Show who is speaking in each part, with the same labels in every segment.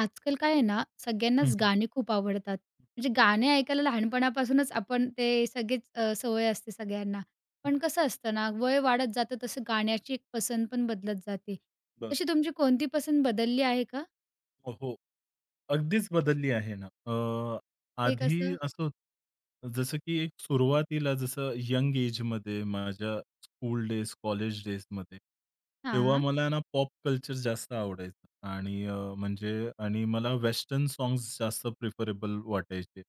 Speaker 1: आजकाल काय आहे ना,
Speaker 2: हं,
Speaker 1: सगळ्यांनाच
Speaker 2: हं,
Speaker 1: गाणी खूप आवडतात. म्हणजे गाणे ऐकायला लहानपणापासूनच आपण ते सगळेच सवय असते सगळ्यांना.
Speaker 2: हं.
Speaker 1: पण कसं असतं ना, वय वाढत जातं तसं गाण्याची एक पसंत पण बदलत जाते.
Speaker 2: बरं.
Speaker 1: तशी तुमची कोणती पसंत बदलली आहे का?
Speaker 2: हो, हो. अगदीच बदलली आहे ना.
Speaker 1: ते
Speaker 2: आधी
Speaker 1: कसं?
Speaker 2: असं होतं, जसं की एक सुरुवातीला जसं यंग एजमध्ये माझ्या स्कूल डेज, कॉलेज डेजमध्ये,
Speaker 1: हां,
Speaker 2: तेव्हा
Speaker 1: हां.
Speaker 2: मला ना पॉप कल्चर जास्त आवडायचं आणि म्हणजे आणि मला वेस्टर्न सॉन्ग्स जास्त प्रिफरेबल वाटायचे.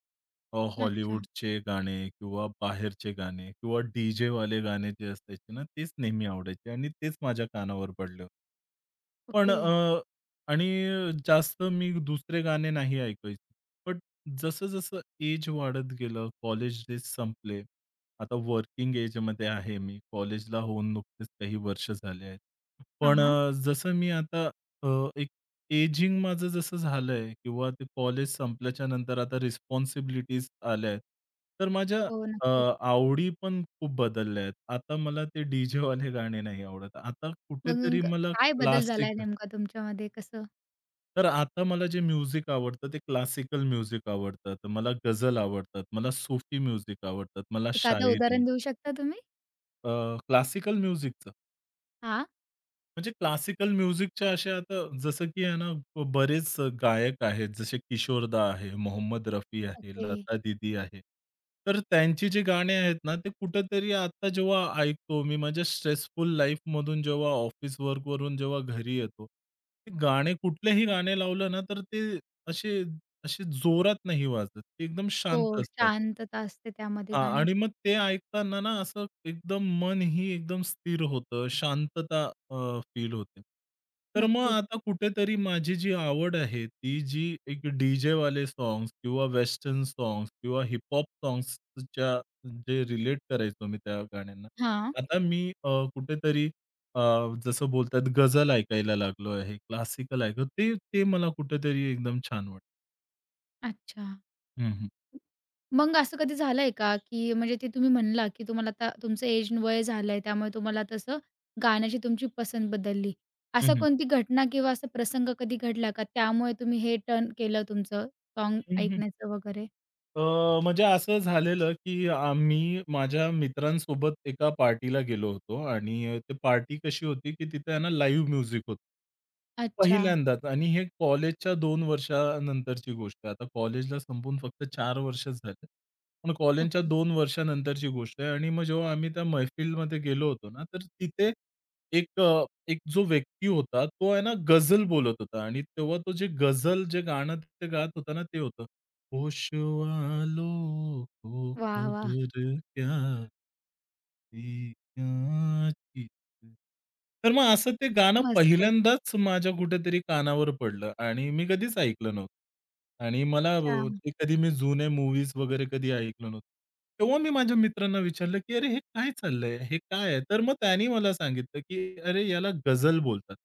Speaker 1: अच्छा.
Speaker 2: हॉलिवूडचे गाणे किंवा बाहेरचे गाणे किंवा डी-जेवाले गाणे जे असायचे ना, तेच नेहमी आवडायचे आणि तेच माझ्या कानावर पडले. पण
Speaker 1: ओके.
Speaker 2: आणि जास्त मी दुसरे गाणे नाही ऐकायचो. बट जसं-जसं एज वाढत गेलं, कॉलेज डेज संपले. आता वर्किंग एजमध्ये आहे मी. कॉलेजला होऊन नुकतेच काही वर्ष झाले आहेत.
Speaker 1: हां,
Speaker 2: पण
Speaker 1: हां.
Speaker 2: जसं मी आता अ, एक एजिंग माझं जसं झालंय किंवा ते कॉलेज संपल्याच्या नंतर आता रिस्पॉन्सिबिलिटीज आल्या आहेत. तर माझ्या
Speaker 1: हो,
Speaker 2: अ,
Speaker 1: नक्कीच.
Speaker 2: आवडी पण खूप बदलल्या आहेत. आता मला ते डी-जेवाले गाणे नाही आवडत. आता कुठेतरी
Speaker 1: मग
Speaker 2: मला
Speaker 1: काय बदल झालाय
Speaker 2: क्लासिक.
Speaker 1: नेमका तुमच्यामध्ये? कसं?
Speaker 2: तर आता मला जे म्युझिक आवडतं ते क्लासिकल म्युझिक आवडतं. तर मला गझल आवडतात. मला सूफी म्युझिक आवडतात. मला
Speaker 1: एखादं
Speaker 2: शायरी.
Speaker 1: उदाहरण देऊ शकता तुम्ही?
Speaker 2: अ, क्लासिकल म्युझिकच
Speaker 1: हां.
Speaker 2: म्हणजे क्लासिकल म्युझिकच्या अशा आता जसं की आहे ना बरेच गायक आहेत, जसे किशोरदा आहे, मोहम्मद रफी आहे,
Speaker 1: ओके.
Speaker 2: लता दीदी आहे. तर त्यांची जी गाणी आहेत ना, ते कुठेतरी आता जेव्हा ऐकतो मी माझ्या स्ट्रेसफुल लाईफमधून जेव्हा ऑफिस वर्कवरून जेव्हा घरी येतो, ते गाणे कुठलेही गाणे लावलं ना, तर ते असे असे जोरात नाही वाजत. ते एकदम
Speaker 1: हो,
Speaker 2: शांत असतात.
Speaker 1: शांतता असते त्यामध्ये
Speaker 2: हां.
Speaker 1: गाण्यात.
Speaker 2: आणि मग ते ऐकताना ना असं एकदम मन ही एकदम स्थिर होतं. शांतता फील होते. तर मग
Speaker 1: नक्कीच.
Speaker 2: आता कुठेतरी माझी जी आवड आहे, ती जी एक डीजे वाले सॉन्ग्स किंवा वेस्टर्न सॉन्ग्स किंवा हिप-हॉप सॉन्ग्सच्या जे रिलेट करायचो मी त्या गाण्यांना.
Speaker 1: हां.
Speaker 2: आता मी कुठेतरी अ, जसं बोलतात गझल ऐकायला लागलो आहे, क्लासिकल ऐकतो. ते ते मला कुठेतरी एकदम छान वाटतं.
Speaker 1: अच्छा.
Speaker 2: हं, हं.
Speaker 1: मग असं कधी झालंय का, की म्हणजे ते तुम्ही म्हणला, की तुम्हाला आता तुमचं एज वय झालंय, त्यामुळे तुम्हाला तसं गाण्याची तुमची पसंत बदलली. असा कोणती घटना किंवा असा प्रसंग कधी घडला का, त्यामुळे तुम्ही हे टर्न केलं तुमचं सॉन्ग
Speaker 2: हं,
Speaker 1: ऐकण्याचं वगैरे?
Speaker 2: अ, म्हणजे असं झालेलं, की आम्ही माझ्या मित्रांसोबत एका पार्टीला गेलो होतो आणि ती पार्टी कशी होती, की तिथे आहे ना लाईव्ह म्युझिक होतं.
Speaker 1: अच्छा.
Speaker 2: पहिल्यांदाच आणि हे कॉलेजच्या 2 वर्षानंतरची गोष्ट आहे. आता कॉलेजला संपून फक्त 4 वर्षच झाले. पण कॉलेजच्या
Speaker 1: ओके.
Speaker 2: 2 वर्षानंतरची गोष्ट आहे आणि मग जेव्हा आम्ही त्या मैफिलमध्ये गेलो होतो ना, तर तिथे एक एक जो व्यक्ती होता, तो आहे ना गझल बोलत होता आणि तेव्हा तो जे गाणं ते गात होता ना, ते होतं. होश वालों को
Speaker 1: वाह! वाह!
Speaker 2: खबर क्या ती क्या चीज. तर मग असं ते गाणं
Speaker 1: मस्त.
Speaker 2: पहिल्यांदाच माझ्या कुठेतरी कानावर पडलं आणि मी कधीच ऐकलं नव्हतं आणि मला
Speaker 1: छान.
Speaker 2: ते कधी मी जुने मूव्हीज वगैरे कधी ऐकलं नव्हतं. तेव्हा मी माझ्या मित्रांना विचारलं, की "अरे, हे काय चाललंय? हे काय आहे?" तर मग त्यानी मला सांगितलं, की "अरे, याला गझल बोलतात."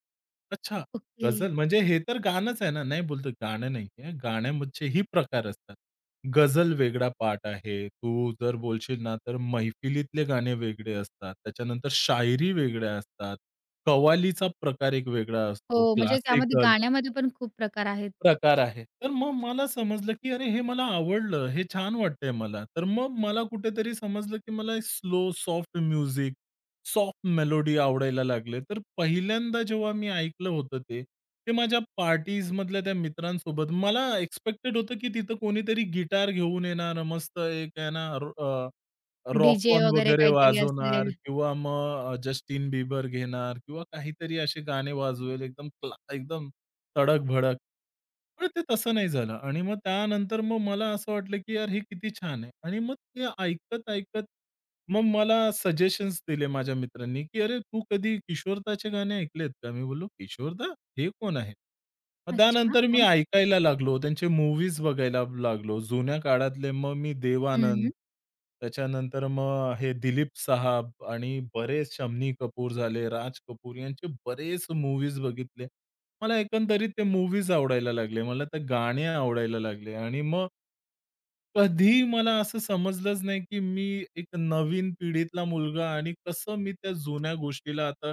Speaker 2: "अच्छा,
Speaker 1: ओके.
Speaker 2: गझल म्हणजे हे तर गाणंच आहे ना. नाही बोलतो गाणं नाहीये. गाण्यामध्येही प्रकार असतात. गझल वेगळा पार्ट आहे. तू जर बोलशील ना, तर मैफिलीतले गाणे वेगळे असतात. त्याच्यानंतर शायरी वेगळ्या असतात. कव्वालीचा प्रकार एक वेगळा असतो.
Speaker 1: हो, म्हणजे त्यामध्ये
Speaker 2: क्लासिकल
Speaker 1: गाण्यामध्ये पण खूप प्रकार आहेत.
Speaker 2: प्रकार आहे. तर मग मला समजलं, की अरे हे मला आवडलं, हे छान वाटतंय मला. तर मग मला कुठेतरी समजलं, की मला slow soft music, soft melody आवडायला लागले. तर पहिल्यांदा जेव्हा मी ऐकलं होतं ते, माझ्या पार्टीजमधल्या त्या मित्रांसोबत मला एक्स्पेक्टेड होतं, की तिथं कोणीतरी गिटार घेऊन येणार, मस्त एक आहे ना अ,
Speaker 1: डी
Speaker 2: रॉक ऑन
Speaker 1: वगैरे
Speaker 2: वगैरे
Speaker 1: काहीतरी
Speaker 2: वाजवणार
Speaker 1: असेल.
Speaker 2: किंवा मग जस्टिन बिबर घेणार किंवा काहीतरी असे गाणे वाजवेल एकदम एकदम तडक-भडक. पण ते तसं नाही झालं आणि मग त्यानंतर मग मला असं वाटलं, की यार हे किती छान आहे आणि मग ते ऐकत-ऐकत मग मला सजेशन्स दिले माझ्या मित्रांनी, की "अरे, तू कधी किशोरदाचे गाणे ऐकलेत का?" मी बोललो, "किशोरदा? हे कोण आहेत?" मग
Speaker 1: अच्छा.
Speaker 2: त्यानंतर मी
Speaker 1: मग?
Speaker 2: ऐकायला लागलो, त्यांचे मूव्हीज बघायला लागलो. जुन्या काळातले मग मी
Speaker 1: हं.
Speaker 2: देवानंद, त्याच्यानंतर मग हे दिलीप साहब आणि बरेच शम्मी कपूर झाले, राज कपूर यांचे बरेच मूव्हीज बघितले. मला एकंदरीत ते मूव्हीज आवडायला लागले. मला ते गाणे आवडायला लागले आणि मग कधीही मला असं समजलंच नाही, की मी एक नवीन पिढीतला मुलगा आणि कसं मी त्या जुन्या गोष्टीला आता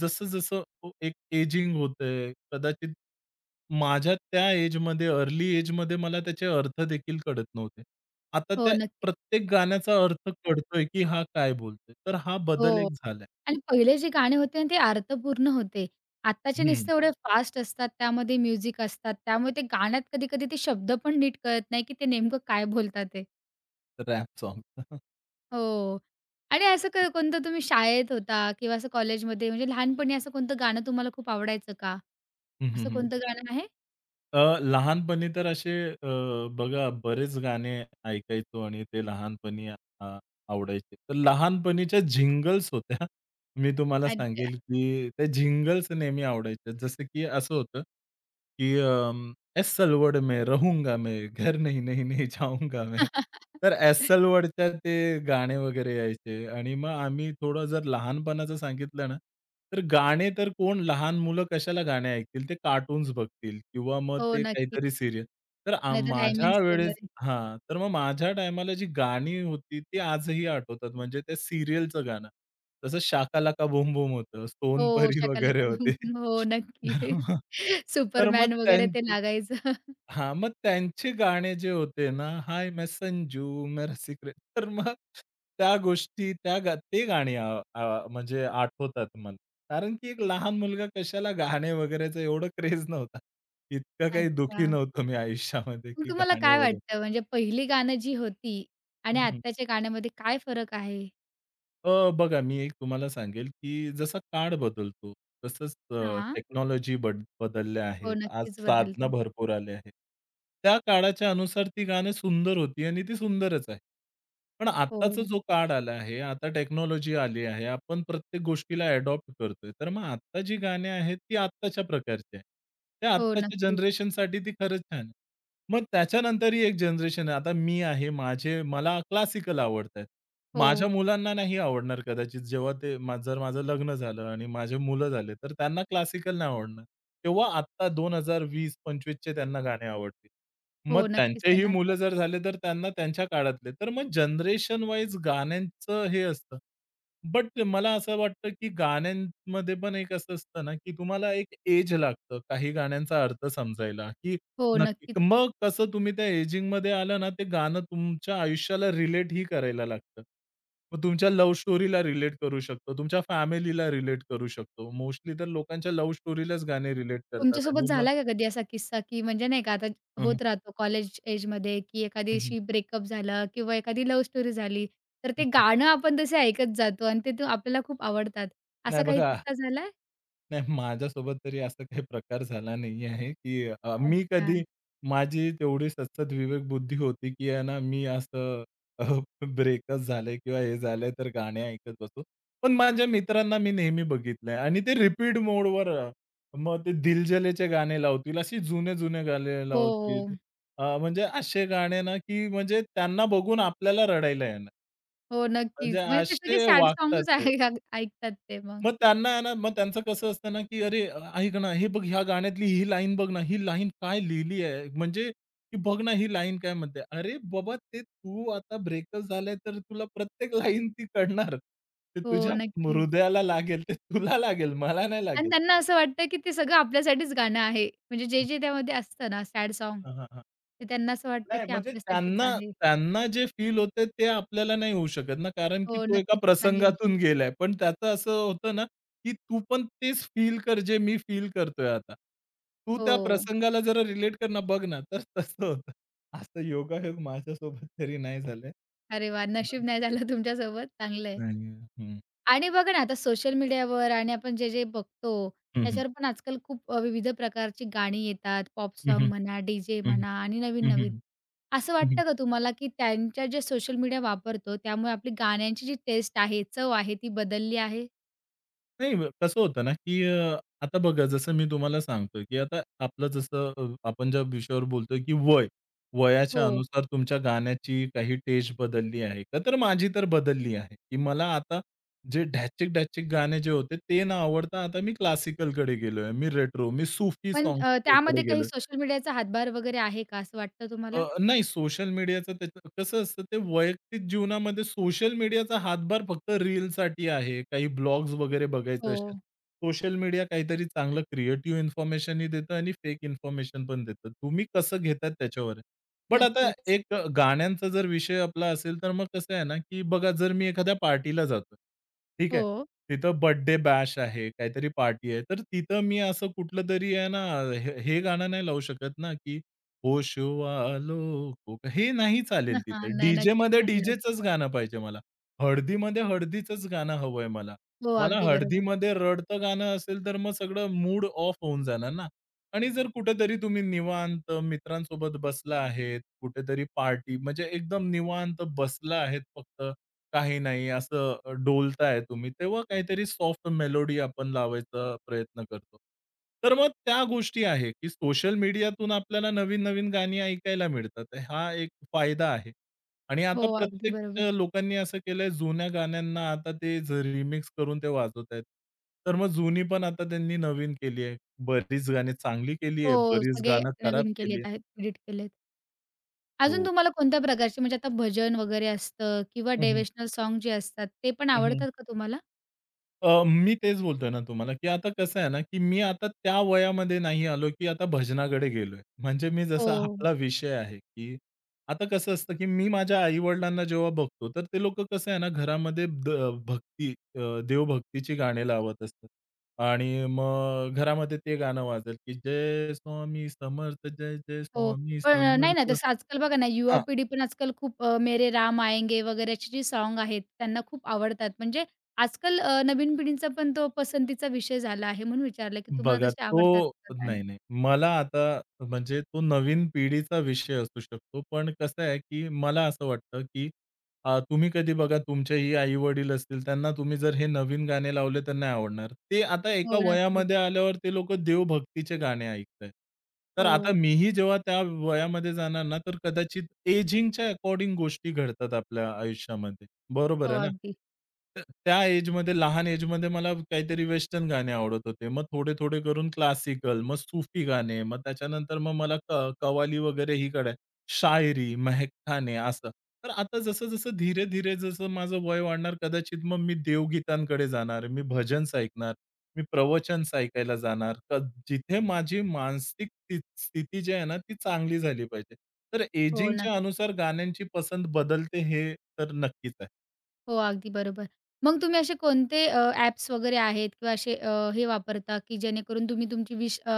Speaker 2: जसं-जसं एक एजिंग होतंय, कदाचित माझ्या त्या एजमध्ये, अर्ली एजमध्ये मला त्याचे अर्थ देखील कळत नव्हते. आता
Speaker 1: हो,
Speaker 2: त्या
Speaker 1: नक्कीच.
Speaker 2: प्रत्येक गाण्याचा अर्थ कळतोय, की हा काय बोलतोय. तर हा बदल
Speaker 1: हो.
Speaker 2: एक झालाय.
Speaker 1: आणि पहिले जे गाणे होते ना, ते अर्थपूर्ण होते. आत्ताचे
Speaker 2: हं,
Speaker 1: नुसते एवढे फास्ट असतात, त्यामध्ये म्युझिक असतात, त्यामुळे ते गाण्यात कधी-कधी ते शब्द पण नीट कळत नाही, की ते नेमकं काय बोलतात ते.
Speaker 2: Rap song.
Speaker 1: हो. आणि असं कोणतं तुम्ही शाळेत होता किंवा असं कॉलेजमध्ये म्हणजे लहानपणी असं कोणतं गाणं तुम्हाला खूप आवडायचं का? असं कोणतं गाणं आहे?
Speaker 2: लहानपणी तर असे बघा बरेच गाणे ऐकायचो आणि ते लहानपणी आवडायचे. तर लहानपणीच्या जिंगल्स होत्या. मी तुम्हाला
Speaker 1: अच्छा.
Speaker 2: सांगेल, की त्या जिंगल्स नेहमी आवडायच्या. जसं की असं होतं, की एसल वर्ड में रहूंगा मैं, घर नहीं, नहीं, नहीं जाऊंगा मैं. तर एसल वर्डच्या ते गाणे वगैरे यायचे आणि मग आम्ही थोडं जर लहानपणाचं सांगितलं ना, तर गाणे तर कोण लहान मुलं कशाला गाणे ऐकतील? ते कार्टून्स बघतील किंवा मग
Speaker 1: हो,
Speaker 2: ते
Speaker 1: नक्की.
Speaker 2: काहीतरी सीरियल. तर
Speaker 1: नाहीतर
Speaker 2: माझ्या
Speaker 1: रायमिंग्स
Speaker 2: वेळेस
Speaker 1: वगैरे.
Speaker 2: हां, तर मग माझ्या टायमाला जी गाणी होती ती आजही आठवतात. म्हणजे त्या सीरियलचं गाणं. जसं शाका लाका बूम बूम होतं,
Speaker 1: हो,
Speaker 2: सोनपरी
Speaker 1: शाकालाका
Speaker 2: वगैरे होते.
Speaker 1: हो, नक्की.
Speaker 2: तर मग तर मग
Speaker 1: सुपरमॅन
Speaker 2: त्यां
Speaker 1: वगैरे ते लागायचं.
Speaker 2: हां, मग त्यांचे गाणे जे होते ना, हाय मैं संजू मेरा सिक्रेट. तर मग त्या गोष्टी त्या गा ते गाणी आ आ म्हणजे आठवतात मला. कारण की एक लहान मुलगा कशाला गाणे वगैरेचा एवढा क्रेझ नव्हता. इतकं काही दुःखी
Speaker 1: अच्छा.
Speaker 2: नव्हतो मी आयुष्यामध्ये
Speaker 1: मग
Speaker 2: की
Speaker 1: तुम्हाला
Speaker 2: गाणे
Speaker 1: काय
Speaker 2: वगैरे.
Speaker 1: वाटतं म्हणजे पहिली गाणं जी होती आणि आत्ताच्या गाण्यामध्ये काय फरक आहे?
Speaker 2: बघा, मी एक तुम्हाला सांगेल, की जसा काळ बदलतो, तसंच
Speaker 1: हां.
Speaker 2: टेक्नॉलॉजी बदलल्या
Speaker 1: हो,
Speaker 2: आहेत. आज
Speaker 1: नक्कीच
Speaker 2: साधनं
Speaker 1: बदलते.
Speaker 2: भरपूर आले आहेत. त्या काळाच्या अनुसार ती गाणी सुंदर होती आणि ती सुंदरच आहे. पण
Speaker 1: हो,
Speaker 2: आत्ताचा जो काळ आला आहे, आता टेक्नॉलॉजी आली आहे. आपण प्रत्येक गोष्टीला अडॉप्ट करतोय. तर मग आत्ता जी गाणी आहेत, ती आत्ताच्या प्रकारची आहे. त्या
Speaker 1: हो,
Speaker 2: आत्ताच्या
Speaker 1: नक्कीच.
Speaker 2: जनरेशनसाठी ती खरंच छान आहे. मग त्याच्यानंतरही एक जनरेशन आहे. आता मी आहे, माझे मला क्लासिकल आवडत.
Speaker 1: हो,
Speaker 2: माझ्या मुलांना नाही आवडणार कदाचित जेव्हा ते जर माझं लग्न झालं आणि माझे मुलं झाले, तर त्यांना क्लासिकल नाही आवडणार. तेव्हा आत्ता 2020-25 चे त्यांना गाणे आवडतील. मग
Speaker 1: हो, नक्कीच
Speaker 2: त्यांचेही
Speaker 1: त्यांना तर
Speaker 2: मुलं जर झाले, तर त्यांना त्यांच्या काळातले. तर मग जनरेशन वाईज गाण्यांचं हे असतं. बट मला असं वाटतं, की गाण्यांमध्ये पण एक असं असतं ना, की तुम्हाला एक एज लागतं काही गाण्यांचा अर्थ समजायला, की
Speaker 1: हो,
Speaker 2: नक्की.
Speaker 1: नक्कीच.
Speaker 2: मग कसं तुम्ही त्या एजिंगमध्ये आलं ना, ते गाणं तुमच्या आयुष्याला रिलेटही करायला लागतं. मग तुमच्या लव्ह स्टोरीला रिलेट करू शकतो, तुमच्या फॅमिलीला रिलेट करू शकतो. मोस्टली तर लोकांच्या लव्ह स्टोरीलाच गाणे रिलेट करतात
Speaker 1: तुमच्यासोबत
Speaker 2: आणि मग
Speaker 1: झाला का कधी असा किस्सा, की म्हणजे नाही का आता
Speaker 2: हं,
Speaker 1: होत राहतो कॉलेज एजमध्ये, की
Speaker 2: हं.
Speaker 1: एखाद्याशी ब्रेकअप झालं किंवा एखादी लव्ह स्टोरी झाली, तर ते
Speaker 2: हं,
Speaker 1: गाणं आपण तसे ऐकत जातो आणि ते तो आपल्याला खूप आवडतात.
Speaker 2: नाही
Speaker 1: असा काही
Speaker 2: बघा
Speaker 1: किस्सा झालाय?
Speaker 2: नाही माझ्यासोबत तरी असा काही प्रकार झाला नाही आहे, की मी
Speaker 1: अच्छा.
Speaker 2: कधी माझी तेवढी सद्सद विवेकबुद्धी होती, की आहे ना मी असं अ, ब्रेकच झालंय किंवा हे झालंय तर गाणे ऐकत बसू. पण माझ्या मित्रांना मी नेहमी बघितलंय आणि ते रिपीट मोडवर मग ते दिल गाणे लावतील, अशी जुने-जुने गाणे लावतील.
Speaker 1: हो,
Speaker 2: म्हणजे असे गाणे ना, की म्हणजे त्यांना बघून आपल्याला रडायला येणार.
Speaker 1: हो,
Speaker 2: म्हणजे
Speaker 1: नक्कीच. म्हणजे ते सगळे
Speaker 2: असे
Speaker 1: सॅड
Speaker 2: वागतात
Speaker 1: साँगच ऐ
Speaker 2: ते.
Speaker 1: ऐकतात ते मग.
Speaker 2: मग त्यांना आहे ना, मग त्यांचं कसं असतं ना, की "अरे, ऐक ना, हे बघ ह्या गाण्यातली ही लाईन बघ ना, ही लाईन काय लिहिली आहे? म्हणजे की बघ ना, ही लाईन काय म्हणते?" अरे बाबा, ते तू आता ब्रेकअप झालंय, तर तुला प्रत्येक लाईन ती कळणार. ते
Speaker 1: हो,
Speaker 2: तुझ्या
Speaker 1: नक्कीच.
Speaker 2: हृदयाला लागेल, ते तुला लागेल, मला नाही
Speaker 1: आणि
Speaker 2: लागेल.
Speaker 1: त्यांना असं वाटतं, की ते सगळं आपल्यासाठीच गाणं आहे. म्हणजे
Speaker 2: हं.
Speaker 1: जे-जे त्यामध्ये असतं ना सॅड सॉन्ग,
Speaker 2: हां, हां, हां.
Speaker 1: ते त्यांना असं वाटतं,
Speaker 2: नाही
Speaker 1: की
Speaker 2: म्हणजे
Speaker 1: आपल्यासाठीच
Speaker 2: त्यांना
Speaker 1: आहे.
Speaker 2: त्यांना जे फील होतंय ते आपल्याला नाही होऊ शकत ना, कारण की
Speaker 1: हो,
Speaker 2: तो एका
Speaker 1: नक्कीच. नाही होऊ
Speaker 2: प्रसंगातून
Speaker 1: शकत.
Speaker 2: गेलाय. पण त्याचं असं होतं ना, की तू पण तेच फील कर जे मी फील करतोय आता. तू
Speaker 1: हो.
Speaker 2: त्या प्रसंगाला जरा रिलेट कर ना, बघ ना. तर तसं होतं. असं योगायोग माझ्यासोबत तरी नाही झालंय.
Speaker 1: अरे वाह! नशीब नाही झालं तुमच्यासोबत, चांगलं आहे.
Speaker 2: नाही. हं.
Speaker 1: आणि बघा ना, आता सोशल मीडियावर आणि आपण जे-जे बघतो,
Speaker 2: हं, हं.
Speaker 1: त्याच्यावर पण आजकाल खूप विविध प्रकारची गाणी येतात. पॉप
Speaker 2: हं,
Speaker 1: सॉन्ग
Speaker 2: हं.
Speaker 1: म्हणा, डी
Speaker 2: हं, हं.
Speaker 1: म्हणा आणि नवीन-नवीन. असं वाटतं का तुम्हाला, की त्यांच्या जे सोशल मीडिया वापरतो, त्यामुळे आपली गाण्यांची जी टेस्ट आहे, चव आहे, ती बदलली आहे?
Speaker 2: नाही, कसं होतं ना, की आता बघा जसं मी तुम्हाला सांगतो, की आता आपलं जसं आपण ज्या विषयावर बोलतोय, की वय. वयाच्या
Speaker 1: हो.
Speaker 2: अनुसार तुमच्या गाण्याची काही टेस्ट बदलली आहे का? तर माझी तर बदलली आहे, की मला आता जे ढॅचिक-ढॅचिक गाणे जे होते ते न आवडता आता मी क्लासिकलकडे गेलोय. मी रेट्रो, मी सूफी
Speaker 1: पण
Speaker 2: सॉंग्सकडे
Speaker 1: त्यामध्ये काही
Speaker 2: गेलोय.
Speaker 1: सोशल मीडियाचा हातभार वगैरे आहे का, असं वाटतं तुम्हाला?
Speaker 2: नाही सोशल मीडियाचं त्याचं कसं असतं ते वैयक्तिक जीवनामध्ये सोशल मीडियाचा हातभार फक्त रीलसाठी आहे. काही ब्लॉग्स वगैरे बघायचं
Speaker 1: हो,
Speaker 2: असेल. सोशल मीडिया काहीतरी चांगलं क्रिएटिव्ह इन्फॉर्मेशनही देतं आणि फेक इन्फॉर्मेशन पण देतं. तुम्ही कसं घेतात त्याच्यावर आहे. बट आता
Speaker 1: नक्कीच.
Speaker 2: एक गाण्यांचा जर विषय आपला असेल तर मग कसं आहे ना, की बघा जर मी एखाद्या पार्टीला जातोय. ठीक
Speaker 1: हो.
Speaker 2: आहे. तिथं बर्थडे बॅश आहे, काहीतरी पार्टी आहे. तर तिथं मी असं कुठलंतरी आहे ना, हे हे गाणं नाही लावू शकत ना, की "होशवालो कोक" हे नाही चालेल
Speaker 1: न हां,
Speaker 2: तिथे.
Speaker 1: नाही नक्कीच
Speaker 2: डीजेमध्ये
Speaker 1: नाही लावू
Speaker 2: डीजेचंच
Speaker 1: शकत.
Speaker 2: गाणं पाहिजे मला. हळदीमध्ये हळदीचंच गाणं हवंय मला.
Speaker 1: हो,
Speaker 2: मला
Speaker 1: अगदी बरोबर.
Speaker 2: हळदीमध्ये रडतं गाणं असेल, तर मग सगळं मूड ऑफ होऊन जाणार ना. आणि जर कुठेतरी तुम्ही निवांत मित्रांसोबत बसला आहेत, कुठेतरी पार्टी म्हणजे एकदम निवांत बसला आहेत फक्त काही नाही असं डोलताय तुम्ही, तेव्हा काहीतरी सॉफ्ट मेलोडी आपण लावायचा प्रयत्न करतो. तर मग त्या गोष्टी आहे, की सोशल मीडियातून आपल्याला नवीन-नवीन गाणी ऐकायला मिळतात. हा एक फायदा आहे. आणि
Speaker 1: हो,
Speaker 2: आता
Speaker 1: अगदी
Speaker 2: प्रत्येक
Speaker 1: बरोबर.
Speaker 2: लोकांनी असं केलंय जुन्या गाण्यांना आता ते रिमिक्स करून ते वाजवतायत. तर मग जुनी पण आता त्यांनी नवीन केली आहे. बरीच गाणी चांगली केली आहे,
Speaker 1: हो,
Speaker 2: बरीच
Speaker 1: सगळे
Speaker 2: गाणं खराब
Speaker 1: नवीन
Speaker 2: केली
Speaker 1: केलेत
Speaker 2: आहे.
Speaker 1: आहेत, एडिट केलेत. अजून
Speaker 2: हो.
Speaker 1: तुम्हाला कोणत्या प्रकारचे म्हणजे आता भजन वगैरे असतं किंवा
Speaker 2: हं, हं.
Speaker 1: डेव्हेशनल सॉन्ग जे असतात, ते पण आवडतात का तुम्हाला?
Speaker 2: मी तेच बोलतोय ना तुम्हाला, की आता कसं आहे ना, की मी आता त्या वयामध्ये नाही आलो, की आता भजनाकडे गेलोय. म्हणजे मी
Speaker 1: हो.
Speaker 2: जसा आपला विषय आहे, की आता कसं असतं, की मी माझ्या आई-वडिलांना जेव्हा बघतो, तर ते लोकं कसं आहे ना, घरामध्ये भक्ती देवभक्तीची गाणी लावत असतात. आणि मग घरामध्ये ते गाणं वाजेल, की "जय स्वामी समर्थ, जय जय
Speaker 1: हो.
Speaker 2: स्वामी
Speaker 1: पण नाही ना,
Speaker 2: समर्थ."
Speaker 1: तसं आजकाल बघा ना, युवा पिढी पण आजकाल खूप मेरे राम आएंगे वगैरे अशी जी सॉन्ग आहेत, त्यांना खूप आवडतात. म्हणजे आजकाल नवीन पिढींचा पण तो पसंतीचा विषय झाला आहे. म्हणून विचारलं, की तुम्हाला
Speaker 2: बघा
Speaker 1: तसे आवडतात
Speaker 2: तो
Speaker 1: का गाणं?
Speaker 2: नाही, नाही. मला आता म्हणजे तो नवीन पिढीचा विषय असू शकतो. पण कसं आहे, की मला असं वाटतं, की तुम्ही कधी बघा तुमचेही आई-वडील असतील, त्यांना तुम्ही जर हे नवीन गाणे लावले तर नाही आवडणार. ते आता एका
Speaker 1: हो, नक्कीच.
Speaker 2: वयामध्ये आल्यावर ते लोकं देवभक्तीचे गाणे ऐकतायत. तर
Speaker 1: हो,
Speaker 2: आता मीही जेव्हा त्या वयामध्ये जाणार ना, तर कदाचित एजिंगच्या अकॉर्डिंग गोष्टी घडतात आपल्या आयुष्यामध्ये. बरोबर
Speaker 1: हो,
Speaker 2: आहे ना.
Speaker 1: अगदी.
Speaker 2: त त्या एजमध्ये लहान एजमध्ये मला काहीतरी वेस्टर्न गाणे आवडत होते. मग थोडे-थोडे करून क्लासिकल, मग सुफी गाणे, मग त्याच्यानंतर मग मला कव्वाली वगैरे ही कळाय. शायरी, महक असं. तर आता जसं-जसं धीरे-धीरे जसं माझं वय वाढणार कदाचित मग मी देवगीतांकडे जाणार, मी भजन्स ऐकणार, मी प्रवचन्स ऐकायला जाणार. तर जिथे माझी मानसिक स्थिती जी आहे ना ती चांगली झाली पाहिजे. तर
Speaker 1: हो,
Speaker 2: एजिंगच्या
Speaker 1: नक्की.
Speaker 2: अनुसार गाण्यांची पसंत बदलते हे तर नक्कीच आहे.
Speaker 1: हो, अगदी बरोबर. मग तुम्ही असे कोणते ॲप्स वगैरे आहेत किंवा असे हे वापरता, की जेणेकरून तुम्ही तुमची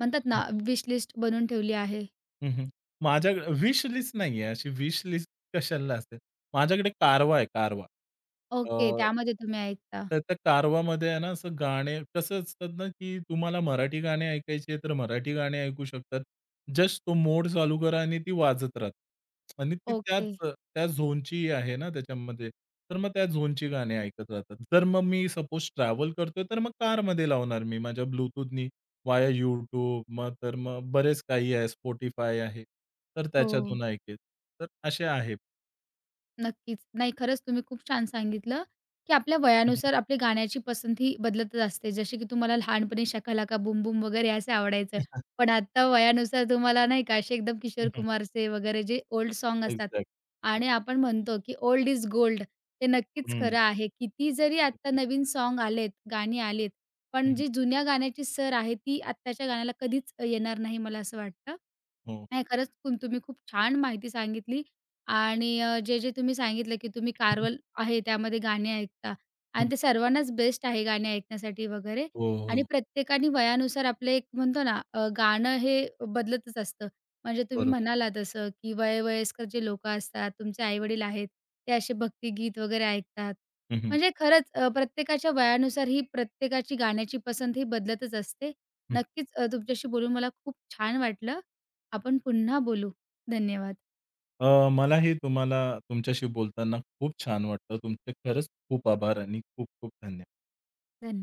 Speaker 1: म्हणतात
Speaker 2: हं,
Speaker 1: ना, विश लिस्ट बनवून ठेवली आहे?
Speaker 2: हं, हं. माझ्याकडे विश लिस्ट नाहीये. अशी विश लिस्ट कशाला असेल? माझ्याकडे कारवा आहे, कारवा.
Speaker 1: ओके,
Speaker 2: अ,
Speaker 1: त्यामध्ये तुम्ही ऐकता.
Speaker 2: तर त्या कारवामध्ये आहे ना, असं गाणे कसं असतात ना, की तुम्हाला मराठी गाणे ऐकायचे आहे, तर मराठी गाणे ऐकू शकतात. जस्ट तो मोड चालू करा आणि ती वाजत राहते आणि ती त्याच
Speaker 1: ओके.
Speaker 2: त्या झोनची आहे ना त्याच्यामध्ये. तर मग त्या झोनची गाणी ऐकत राहतात. तर मग मी सपोज ट्रॅव्हल करतोय, तर मग कारमध्ये लावणार मी माझ्या ब्लूटूथनी वाया YouTube मग तर मग बरेच काही आहे. Spotify आहे. तर
Speaker 1: हो.
Speaker 2: त्याच्यातून ऐकेल. तर असे आहे.
Speaker 1: नक्कीच. नाही, खरंच तुम्ही खूप छान सांगितलं, की आपल्या
Speaker 2: हं, हं.
Speaker 1: वयानुसार आपली गाण्याची पसंती बदलतच असते. जसे की तुम्हाला लहानपणी "शाका लाका बूम वगैरे असं आवडायचं. पण आता वयानुसार तुम्हाला नाही का असे एकदम किशोर
Speaker 2: हं, हं.
Speaker 1: कुमारचे वगैरे जे ओल्ड सॉन्ग असतात
Speaker 2: एक्झॅक्ट.
Speaker 1: आणि आपण म्हणतो, की ओल्ड इज गोल्ड. ते नक्कीच
Speaker 2: हं.
Speaker 1: खरं आहे. किती जरी आत्ता
Speaker 2: नक्कीच.
Speaker 1: नवीन सॉन्ग आलेत, गाणी आलीत,
Speaker 2: हं,
Speaker 1: पण
Speaker 2: हं.
Speaker 1: जी जुन्या गाण्याची सर आहे ती आत्ताच्या गाण्याला कधीच येणार नाही, मला असं वाटतं.
Speaker 2: हो.
Speaker 1: नाही, खरंच तुम्ही खूप छान माहिती सांगितली. आणि जे-जे तुम्ही सांगितलं, की तुम्ही
Speaker 2: हं,
Speaker 1: कार्वल आहे त्यामध्ये गाणी ऐकता
Speaker 2: हं.
Speaker 1: आणि ते सर्वांनाच बेस्ट आहे गाणी ऐकण्यासाठी वगैरे
Speaker 2: हो,
Speaker 1: आणि
Speaker 2: हो.
Speaker 1: प्रत्येकाने वयानुसार आपलं एक म्हणतो ना गाणं हे बदलतच असतं. म्हणजे तुम्ही
Speaker 2: बरोबर.
Speaker 1: म्हणाला तसं, की वय-वयस्कर जे लोकं असतात, तुमचे आई आहेत, ते असे भक्तिगीत वगैरे ऐकतात.
Speaker 2: हं, हं.
Speaker 1: म्हणजे खरंच प्रत्येकाच्या वयानुसार ही प्रत्येकाची गाण्याची पसंत ही बदलतच असते.
Speaker 2: हं.
Speaker 1: नक्कीच तुमच्याशी बोलून मला खूप छान वाटलं. आपण पुन्हा बोलू. धन्यवाद.
Speaker 2: अ, मलाही तुम्हाला तुमच्याशी बोलताना खूप छान वाटलं. तुमचे खरंच खूप आभार आणि खूप-खूप धन्यवाद.
Speaker 1: धन्य